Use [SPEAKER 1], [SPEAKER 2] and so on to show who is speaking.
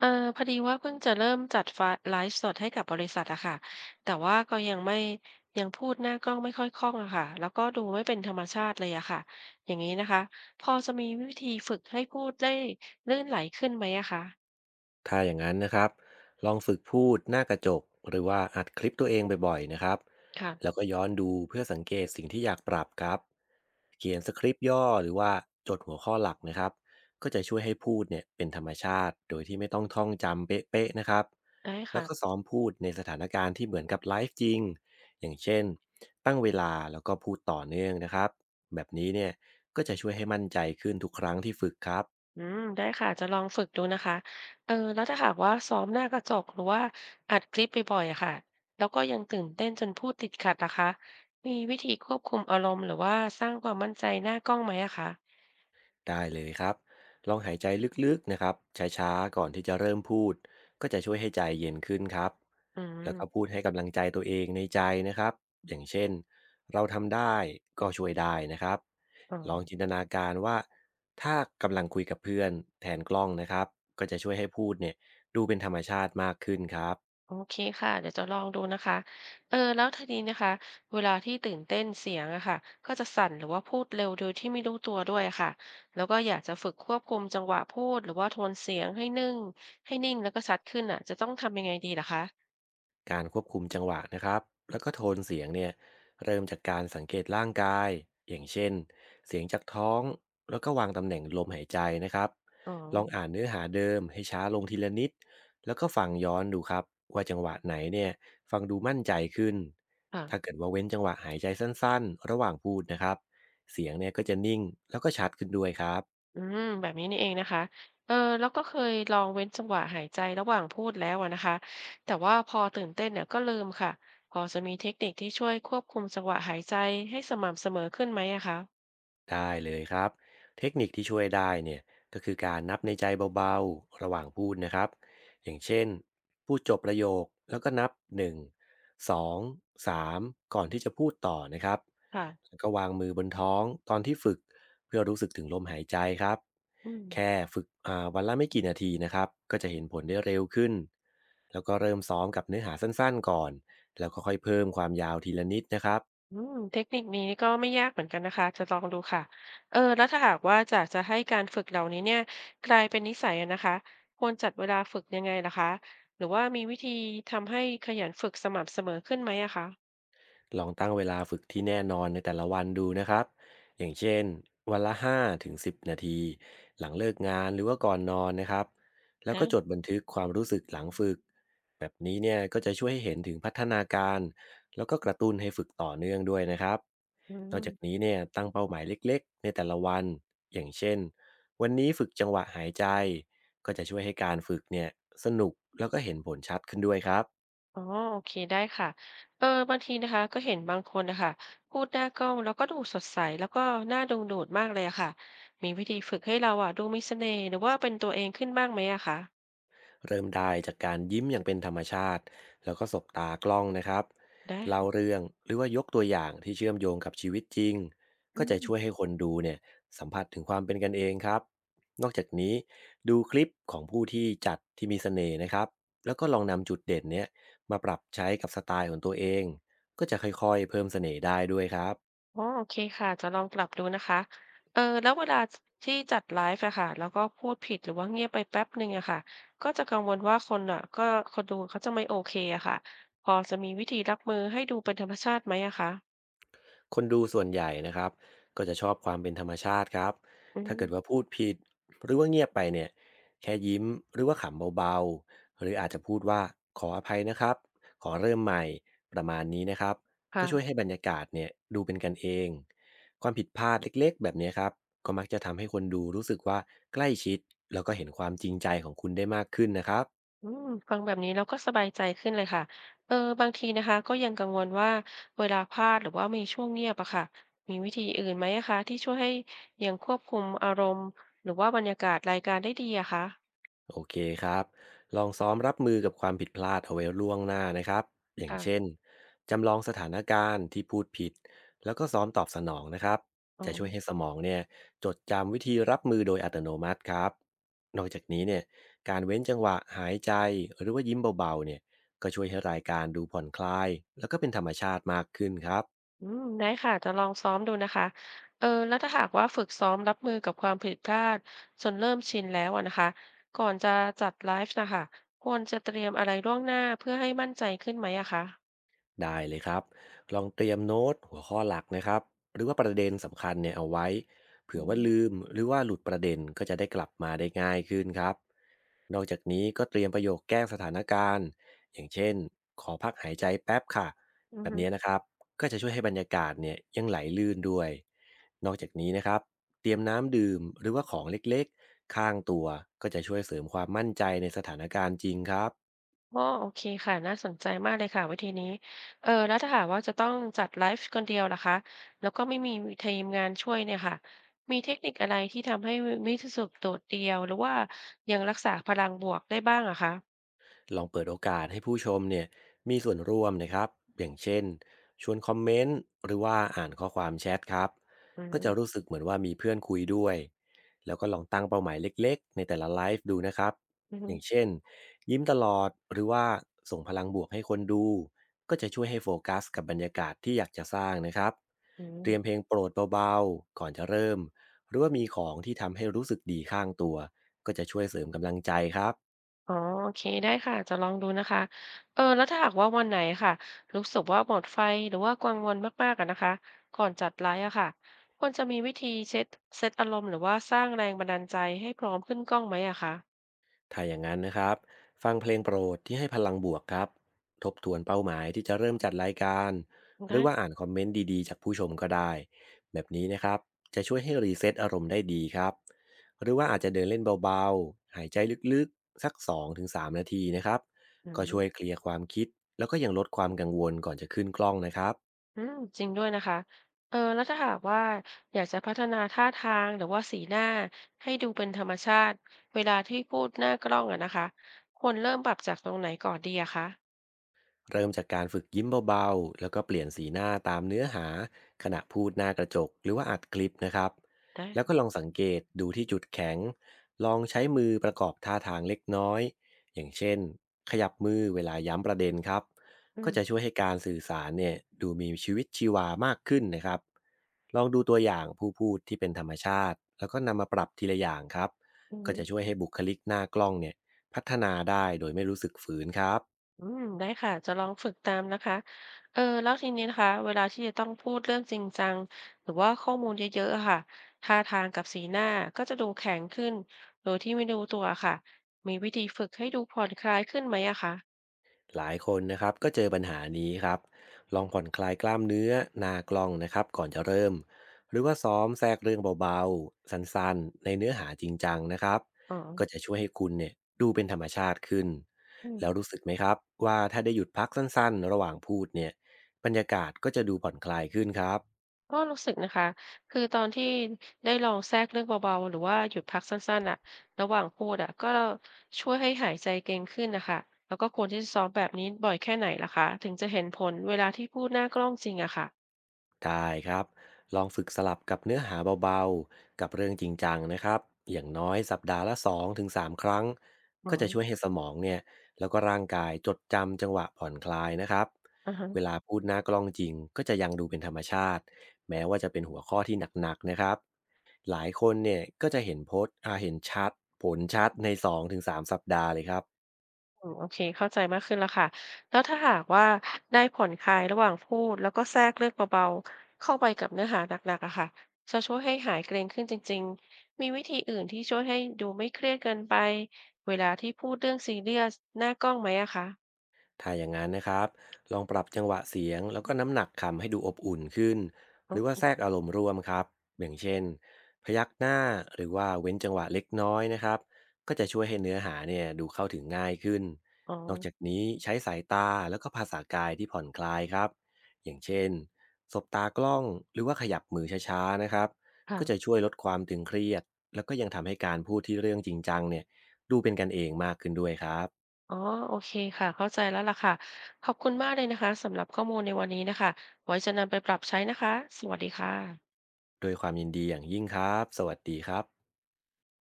[SPEAKER 1] เออพอดีว่าเพิ่งจะเริ่มจัดไฟล์ไลฟ์สดให้กับบริษัทอะค่ะแต่ว่าก็ยังไม่ยังพูดหน้ากล้องไม่ค่อยคล่องอะค่ะแล้วก็ดูไม่เป็นธรรมชาติเลยอะค่ะอย่างนี้นะคะพอจะมีวิธีฝึกให้พูดได้ลื่นไหลขึ้นไหมอะคะ
[SPEAKER 2] ถ้าอย่างนั้นนะครับลองฝึกพูดหน้ากระจกหรือว่าอัดคลิปตัวเองบ่อยๆนะครับ
[SPEAKER 1] ค่ะ
[SPEAKER 2] แล้วก็ย้อนดูเพื่อสังเกตสิ่งที่อยากปรับครับเขียนสคริปต์ย่อหรือว่าจดหัวข้อหลักนะครับก็จะช่วยให้พูดเนี่ยเป็นธรรมชาติโดยที่ไม่ต้องท่องจำเป๊ะๆนะครับ
[SPEAKER 1] ได้
[SPEAKER 2] แล้ว
[SPEAKER 1] ค่ะ
[SPEAKER 2] ก็ซ้อมพูดในสถานการณ์ที่เหมือนกับไลฟ์จริงอย่างเช่นตั้งเวลาแล้วก็พูดต่อเนื่องนะครับแบบนี้เนี่ยก็จะช่วยให้มั่นใจขึ้นทุกครั้งที่ฝึกครับ
[SPEAKER 1] อืมได้ค่ะจะลองฝึกดูนะคะเออแล้วถ้าหากว่าซ้อมหน้ากระจกหรือว่าอัดคลิปบ่อยๆอะค่ะแล้วก็ยังตื่นเต้นจนพูดติดขัดละคะมีวิธีควบคุมอารมณ์หรือว่าสร้างความมั่นใจหน้ากล้องไหมอะคะ
[SPEAKER 2] ได้เลยครับลองหายใจลึกๆนะครับช้าๆก่อนที่จะเริ่มพูดก็จะช่วยให้ใจเย็นขึ้นครับ
[SPEAKER 1] อื
[SPEAKER 2] แล้วก็
[SPEAKER 1] ม
[SPEAKER 2] พูดให้กำลังใจตัวเองในใจนะครับอย่างเช่นเราทำได้ก็ช่วยได้นะครับ
[SPEAKER 1] อ๋อ
[SPEAKER 2] ลองจินตนาการว่าถ้ากำลังคุยกับเพื่อนแทนกล้องนะครับก็จะช่วยให้พูดเนี่ยดูเป็นธรรมชาติมากขึ้นครับ
[SPEAKER 1] โอเคค่ะเดี๋ยวจะลองดูนะคะเออแล้วทีนี้นะคะเวลาที่ตื่นเต้นเสียงอะค่ะก็จะสั่นหรือว่าพูดเร็วโดยที่ไม่รู้ตัวด้วยอะค่ะแล้วก็อยากจะฝึกควบคุมจังหวะพูดหรือว่าโทนเสียงให้นิ่งแล้วก็ชัดขึ้นอะจะต้องทำยังไงดีล่ะคะ
[SPEAKER 2] การควบคุมจังหวะนะครับ แล้วก็โทนเสียงเนี่ยเริ่มจากการสังเกตร่างกายอย่างเช่นเสียงจากท้องแล้วก็วางตำแหน่งลมหายใจนะครับ
[SPEAKER 1] อ๋อ
[SPEAKER 2] ลองอ่านเนื้อหาเดิมให้ช้าลงทีละนิดแล้วก็ฟังย้อนดูครับว่าจังหวะไหนเนี่ยฟังดูมั่นใจขึ้น
[SPEAKER 1] ค่ะ
[SPEAKER 2] ถ้าเกิดว่าเว้นจังหวะหายใจสั้นๆระหว่างพูดนะครับเสียงเนี่ยก็จะนิ่งแล้วก็ชัดขึ้นด้วยครับ
[SPEAKER 1] อืมแบบนี้นี่เองนะคะเออแล้วก็เคยลองเว้นจังหวะหายใจระหว่างพูดแล้วอะนะคะแต่ว่าพอตื่นเต้นเนี่ยก็ลืมค่ะพอจะมีเทคนิคที่ช่วยควบคุมจังหวะหายใจให้สม่ำเสมอขึ้นไหมอะคะ
[SPEAKER 2] ได้เลยครับเทคนิคที่ช่วยได้เนี่ยก็คือการนับในใจเบาๆระหว่างพูดนะครับอย่างเช่นพูดจบประโยคแล้วก็นับ1 2 3ก่อนที่จะพูดต่อนะครับ
[SPEAKER 1] ค่ะ
[SPEAKER 2] แล้วก็วางมือบนท้องตอนที่ฝึกเพื่อรู้สึกถึงลมหายใจครับ
[SPEAKER 1] อื
[SPEAKER 2] แค่
[SPEAKER 1] ม
[SPEAKER 2] ฝึกวันละไม่กี่นาทีนะครับก็จะเห็นผลได้เร็วขึ้นแล้วก็เริ่มซ้อมกับเนื้อหาสั้นๆก่อนแล้วก็ค่อยเพิ่มความยาวทีละนิดนะครับ
[SPEAKER 1] อืมเทคนิคนี้ก็ไม่ยากเหมือนกันนะคะจะลองดูค่ะเออแล้วถ้าหากว่าจากจะให้การฝึกเหล่านี้เนี่ยกลายเป็นนิสัยอะนะคะควรจัดเวลาฝึกยังไงล่ะคะหรือว่ามีวิธีทำให้ขยันฝึกสม่ำเสมอขึ้นไหมอะคะ
[SPEAKER 2] ลองตั้งเวลาฝึกที่แน่นอนในแต่ละวันดูนะครับอย่างเช่นวันละ5ถึง10นาทีหลังเลิกงานหรือว่าก่อนนอนนะครับแล้วก็จด
[SPEAKER 1] นะ
[SPEAKER 2] บันทึกความรู้สึกหลังฝึกแบบนี้เนี่ยก็จะช่วยให้เห็นถึงพัฒนาการแล้วก็กระตุ้นให้ฝึกต่อเนื่องด้วยนะครับ
[SPEAKER 1] อื
[SPEAKER 2] นอกจากนี้
[SPEAKER 1] ม
[SPEAKER 2] เนี่ยตั้งเป้าหมายเล็กๆในแต่ละวันอย่างเช่นวันนี้ฝึกจังหวะหายใจก็จะช่วยให้การฝึกเนี่ยสนุกแล้วก็เห็นผลชัดขึ้นด้วยครับ
[SPEAKER 1] อ๋อโอเคได้ค่ะเออบางทีนะคะก็เห็นบางคนนะคะพูดหน้ากล้องแล้วก็ดูสดใสแล้วก็น่าดึงดูดมากเลยอะค่ะมีวิธีฝึกให้เราอะดูมีเสน่ห์หรือว่าเป็นตัวเองขึ้นบ้างไหมอะคะ
[SPEAKER 2] เริ่มได้จากการยิ้มอย่างเป็นธรรมชาติแล้วก็สบตากล้องนะครับ
[SPEAKER 1] ได้
[SPEAKER 2] เล่า
[SPEAKER 1] ค่ะ
[SPEAKER 2] เรื่องหรือว่ายกตัวอย่างที่เชื่อมโยงกับชีวิตจริง
[SPEAKER 1] อื
[SPEAKER 2] ก็จะ
[SPEAKER 1] ม
[SPEAKER 2] ช่วยให้คนดูเนี่ยสัมผัสถึงความเป็นกันเองครับนอกจากนี้ดูคลิปของผู้ที่จัดที่มีเสน่ห์นะครับแล้วก็ลองนำจุดเด่นเนี้ยมาปรับใช้กับสไตล์ของตัวเองก็จะค่อยๆเพิ่มเสน่ห์ได้ด้วยครับ
[SPEAKER 1] อ๋อโอเคค่ะจะลองปรับดูนะคะ เออแล้วเวลาที่จัดไลฟ์อะค่ะแล้วก็พูดผิดหรือว่าเงียบไปแป๊บหนึ่งอะค่ะก็จะกังวลว่าคนอะก็คนดูเขาจะไม่โอเคอะค่ะพอจะมีวิธีรับมือให้ดูเป็นธรรมชาติไหมอะคะ
[SPEAKER 2] คนดูส่วนใหญ่นะครับก็จะชอบความเป็นธรรมชาติครับ
[SPEAKER 1] อื
[SPEAKER 2] ถ้า
[SPEAKER 1] ม
[SPEAKER 2] เกิดว่าพูดผิดหรือว่าเงียบไปเนี่ยแค่ยิ้มหรือว่าขำเบาๆหรืออาจจะพูดว่าขออภัยนะครับขอเริ่มใหม่ประมาณนี้นะครับก็ช่วยให้
[SPEAKER 1] ค่ะ
[SPEAKER 2] บรรยากาศเนี่ยดูเป็นกันเองความผิดพลาดเล็กๆแบบนี้ครับก็มักจะทำให้คนดูรู้สึกว่าใกล้ชิดแล้วก็เห็นความจริงใจของคุณได้มากขึ้นนะครับ
[SPEAKER 1] อืมฟังแบบนี้เราก็สบายใจขึ้นเลยค่ะเออบางทีนะคะก็ยังกังวลว่าเวลาพลาดหรือว่ามีช่วงเงียบอะค่ะมีวิธีอื่นไหมอะคะที่ช่วยให้ยังควบคุมอารมณ์หรือว่าบรรยากาศรายการได้ดีอะคะ
[SPEAKER 2] โอเคครับ ลองซ้อมรับมือกับความผิดพลาดเอาไว้ล่วงหน้านะครับอย่างเช่
[SPEAKER 1] ค่ะ
[SPEAKER 2] น จำลองสถานการณ์ที่พูดผิด แล้วก็ซ้อมตอบสนองนะครับ
[SPEAKER 1] อ๋อ
[SPEAKER 2] จะช่วยให้สมองเนี่ยจดจำวิธีรับมือโดยอัตโนมัติครับนอกจากนี้เนี่ยการเว้นจังหวะหายใจหรือว่ายิ้มเบาๆเนี่ยก็ช่วยให้รายการดูผ่อนคลาย แล้วก็เป็นธรรมชาติมากขึ้นครับ
[SPEAKER 1] อืมได้ค่ะจะลองซ้อมดูนะคะเออแล้วถ้าหากว่าฝึกซ้อมรับมือกับความผิดพลาดจนเริ่มชินแล้วอะนะคะก่อนจะจัดไลฟ์นะคะควรจะเตรียมอะไรล่วงหน้าเพื่อให้มั่นใจขึ้นไหมอะคะ
[SPEAKER 2] ได้เลยครับลองเตรียมโน้ตหัวข้อหลักนะครับหรือว่าประเด็นสำคัญเนี่ยเอาไว้เผื่
[SPEAKER 1] อื
[SPEAKER 2] อว่าลื
[SPEAKER 1] ม
[SPEAKER 2] มหรือว่าหลุดประเด็นก็จะได้กลับมาได้ง่ายขึ้นครับนอกจากนี้ก็เตรียมประโยคแก้สถานการณ์อย่างเช่นขอพักหายใจแป๊บค่ะ
[SPEAKER 1] อื
[SPEAKER 2] แบ
[SPEAKER 1] อ
[SPEAKER 2] บ
[SPEAKER 1] ฮึ
[SPEAKER 2] นี้นะครับก็จะช่วยให้บรรยากาศเนี่ยยังไหลลื่นด้วยนอกจากนี้นะครับเตรียมน้ำดื่มหรือว่าของเล็กๆข้างตัวก็จะช่วยเสริมความมั่นใจในสถานการณ์จริงครับ
[SPEAKER 1] อ๋อโอเคค่ะน่าสนใจมากเลยค่ะวิธีนี้เออแล้วถ้าหากว่าจะต้องจัดไลฟ์คนเดียวล่ะคะแล้วก็ไม่มีทีมงานช่วยเนี่ยค่ะมีเทคนิคอะไรที่ทำให้ไม่รู้สึกโดดเดี่ยวหรือว่ายังรักษาพลังบวกได้บ้างอะคะ
[SPEAKER 2] ลองเปิดโอกาสให้ผู้ชมเนี่ยมีส่วนร่วมนะครับอย่างเช่นชวนคอมเมนต์หรือว่าอ่านข้อความแชทครับ
[SPEAKER 1] อื
[SPEAKER 2] ก็จะ
[SPEAKER 1] ม
[SPEAKER 2] รู้สึกเหมือนว่ามีเพื่อนคุยด้วยแล้วก็ลองตั้งเป้าหมายเล็กๆในแต่ละไลฟ์ดูนะครับ
[SPEAKER 1] อื
[SPEAKER 2] อย่าง
[SPEAKER 1] ม
[SPEAKER 2] เช่นยิ้มตลอดหรือว่าส่งพลังบวกให้คนดูก็จะช่วยให้โฟกัสกับบรรยากาศที่อยากจะสร้างนะครับ
[SPEAKER 1] อื
[SPEAKER 2] เตรียมเพ
[SPEAKER 1] ม
[SPEAKER 2] ลงโปรดเบาๆก่อนจะเริ่มหรือว่ามีของที่ทำให้รู้สึกดีข้างตัวก็จะช่วยเสริมกำลังใจครับ
[SPEAKER 1] อ๋อโอเคได้ค่ะจะลองดูนะคะเออแล้วถ้าหากว่าวันไหนค่ะรู้สึกว่าหมดไฟหรือว่ากังวลมากๆอะนะคะก่อนจัดไลฟ์อะค่ะควรจะมีวิธีเช็ดเซตอารมณ์หรือว่าสร้างแรงบันดาลใจให้พร้อมขึ้นกล้องไหมอะคะ
[SPEAKER 2] ถ้าอย่างนั้นนะครับ ฟังเพลงโปรดที่ให้พลังบวกครับ ทบทวนเป้าหมายที่จะเริ่มจัดรายการ หรือว่า
[SPEAKER 1] นะ
[SPEAKER 2] อ่านคอมเมนต์ดีๆจากผู้ชมก็ได้ แบบนี้นะครับ จะช่วยให้รีเซ็ตอารมณ์ได้ดีครับ หรือว่าอาจจะเดินเล่นเบาๆ หายใจลึกๆสัก2-3นาทีนะครับ
[SPEAKER 1] อื
[SPEAKER 2] ก็ช่วย
[SPEAKER 1] ม
[SPEAKER 2] เคลียร์ความคิดแล้วก็ยังลดความกังวลก่อนจะขึ้นกล้องนะครับ
[SPEAKER 1] อืมจริงด้วยนะคะเออแล้วถ้าหากว่าอยากจะพัฒนาท่าทางหรือว่าสีหน้าให้ดูเป็นธรรมชาติเวลาที่พูดหน้ากล้องอะนะคะควรเริ่มปรับจากตรงไหนก่อนดีอะคะ
[SPEAKER 2] เริ่มจากการฝึกยิ้มเบาๆ แล้วก็เปลี่ยนสีหน้าตามเนื้อหาขณะพูดหน้ากระจกหรือว่าอัดคลิปนะครับ
[SPEAKER 1] นะ
[SPEAKER 2] แล้วก็ลองสังเกตดูที่จุดแข็ง ลองใช้มือประกอบท่าทางเล็กน้อยอย่างเช่นขยับมือเวลาย้ำประเด็นครับ
[SPEAKER 1] อื
[SPEAKER 2] ก็จะ
[SPEAKER 1] ม
[SPEAKER 2] ช่วยให้การสื่อสารเนี่ยดูมีชีวิตชีวามากขึ้นนะครับลองดูตัวอย่างผู้พูดที่เป็นธรรมชาติแล้วก็นำมาปรับทีละอย่างครับ
[SPEAKER 1] อื
[SPEAKER 2] ก็จะ
[SPEAKER 1] ม
[SPEAKER 2] ช่วยให้บุคลิกหน้ากล้องเนี่ยพัฒนาได้โดยไม่รู้สึกฝืนครับ
[SPEAKER 1] อืมได้ค่ะ จะลองฝึกตามนะคะเออแล้วทีนี้นะคะ เวลาที่จะต้องพูดเรื่องจริงจัง หรือว่าข้อมูลเยอะๆอะค่ะท่าทางกับสีหน้าก็จะดูแข็งขึ้น โดยที่ไม่รู้ตัวค่ะ มีวิธีฝึกให้ดูผ่อนคลายขึ้นไหมอะคะ
[SPEAKER 2] หลายคนนะครับก็เจอปัญหานี้ครับลองผ่อนคลายกล้ามเนื้อหนากลองนะครับก่อนจะเริ่มหรือว่าซ้อมแทรกเรื่องเบาๆสั้นๆในเนื้อหาจริงจังนะครับ
[SPEAKER 1] อ๋อ
[SPEAKER 2] ก็จะช่วยให้คุณเนี่ยดูเป็นธรรมชาติขึ้น
[SPEAKER 1] อืม
[SPEAKER 2] แล้วรู้สึกไหมครับว่าถ้าได้หยุดพักสั้นๆระหว่างพูดเนี่ยบรรยากาศก็จะดูผ่อนคลายขึ้นครับ
[SPEAKER 1] ก็รู้สึกนะคะ คือตอนที่ได้ลองแทรกเรื่องเบาๆหรือว่าหยุดพักสั้นๆอะระหว่างพูดอะก็ช่วยให้หายใจเก่งขึ้นนะคะแล้วก็ควรที่จะซ้อมแบบนี้บ่อยแค่ไหนล่ะคะถึงจะเห็นผลเวลาที่พูดหน้ากล้องจริงอะค่ะ
[SPEAKER 2] ได้ครับลองฝึกสลับกับเนื้อหาเบาๆกับเรื่องจริงจังนะครับอย่างน้อยสัปดาห์ละ2-3ครั้ง
[SPEAKER 1] อ๋อ
[SPEAKER 2] ก็จะช่วยให้สมองเนี่ยแล้วก็ร่างกายจดจำจังหวะผ่อนคลายนะครับ
[SPEAKER 1] อะฮะ
[SPEAKER 2] เวลาพูดหน้ากล้องจริงก็จะยังดูเป็นธรรมชาติแม้ว่าจะเป็นหัวข้อที่หนักๆนะครับหลายคนเนี่ยก็จะเห็นโพสต์อาเห็นชัดผลชัดใน2-3สามสัปดาห์เลยครับ
[SPEAKER 1] อืมโอเค เข้าใจมากขึ้นแล้วค่ะ แล้วถ้าหากว่าได้ผ่อนคลายระหว่างพูดแล้วก็แทรกเรื่องเบาๆเข้าไปกับเนื้อหาหนักๆอะค่ะจะช่วยให้หายเกร็งขึ้นจริงๆ มีวิธีอื่นที่ช่วยให้ดูไม่เครียดเกินไปเวลาที่พูดเรื่องซีเรียสหน้ากล้องไหมอะคะ
[SPEAKER 2] ถ้าอย่างนั้นนะครับลองปรับจังหวะเสียงแล้วก็น้ำหนักคำให้ดูอบอุ่นขึ้น
[SPEAKER 1] โอ
[SPEAKER 2] หรือว่าแทร
[SPEAKER 1] เค
[SPEAKER 2] กอารมณ์ร่วมครับอย่างเช่นพยักหน้าหรือว่าเว้นจังหวะเล็กน้อยนะครับ ก็จะช่วยให้เนื้อหาเนี่ยดูเข้าถึงง่ายขึ้น
[SPEAKER 1] อ๋อ
[SPEAKER 2] นอกจากนี้ใช้สายตาแล้วก็ภาษากายที่ผ่อนคลายครับ อย่างเช่นสบตากล้องหรือว่าขยับมือช้าๆนะครับก็จะ
[SPEAKER 1] ค่ะ
[SPEAKER 2] ช่วยลดความตึงเครียดแล้วก็ยังทำให้การพูดที่เรื่องจริงจังเนี่ยดูเป็นกันเองมากขึ้นด้วยครับ
[SPEAKER 1] อ๋อโอเคค่ะเข้าใจแล้วล่ะค่ะ ขอบคุณมากเลยนะคะสำหรับข้อมูลในวันนี้น่ะค่ะไว้จะนำไปปรับใช้นะคะสวัสดีค่ะ
[SPEAKER 2] ด้วยความยินดีอย่างยิ่งครับ สวัสดีครับ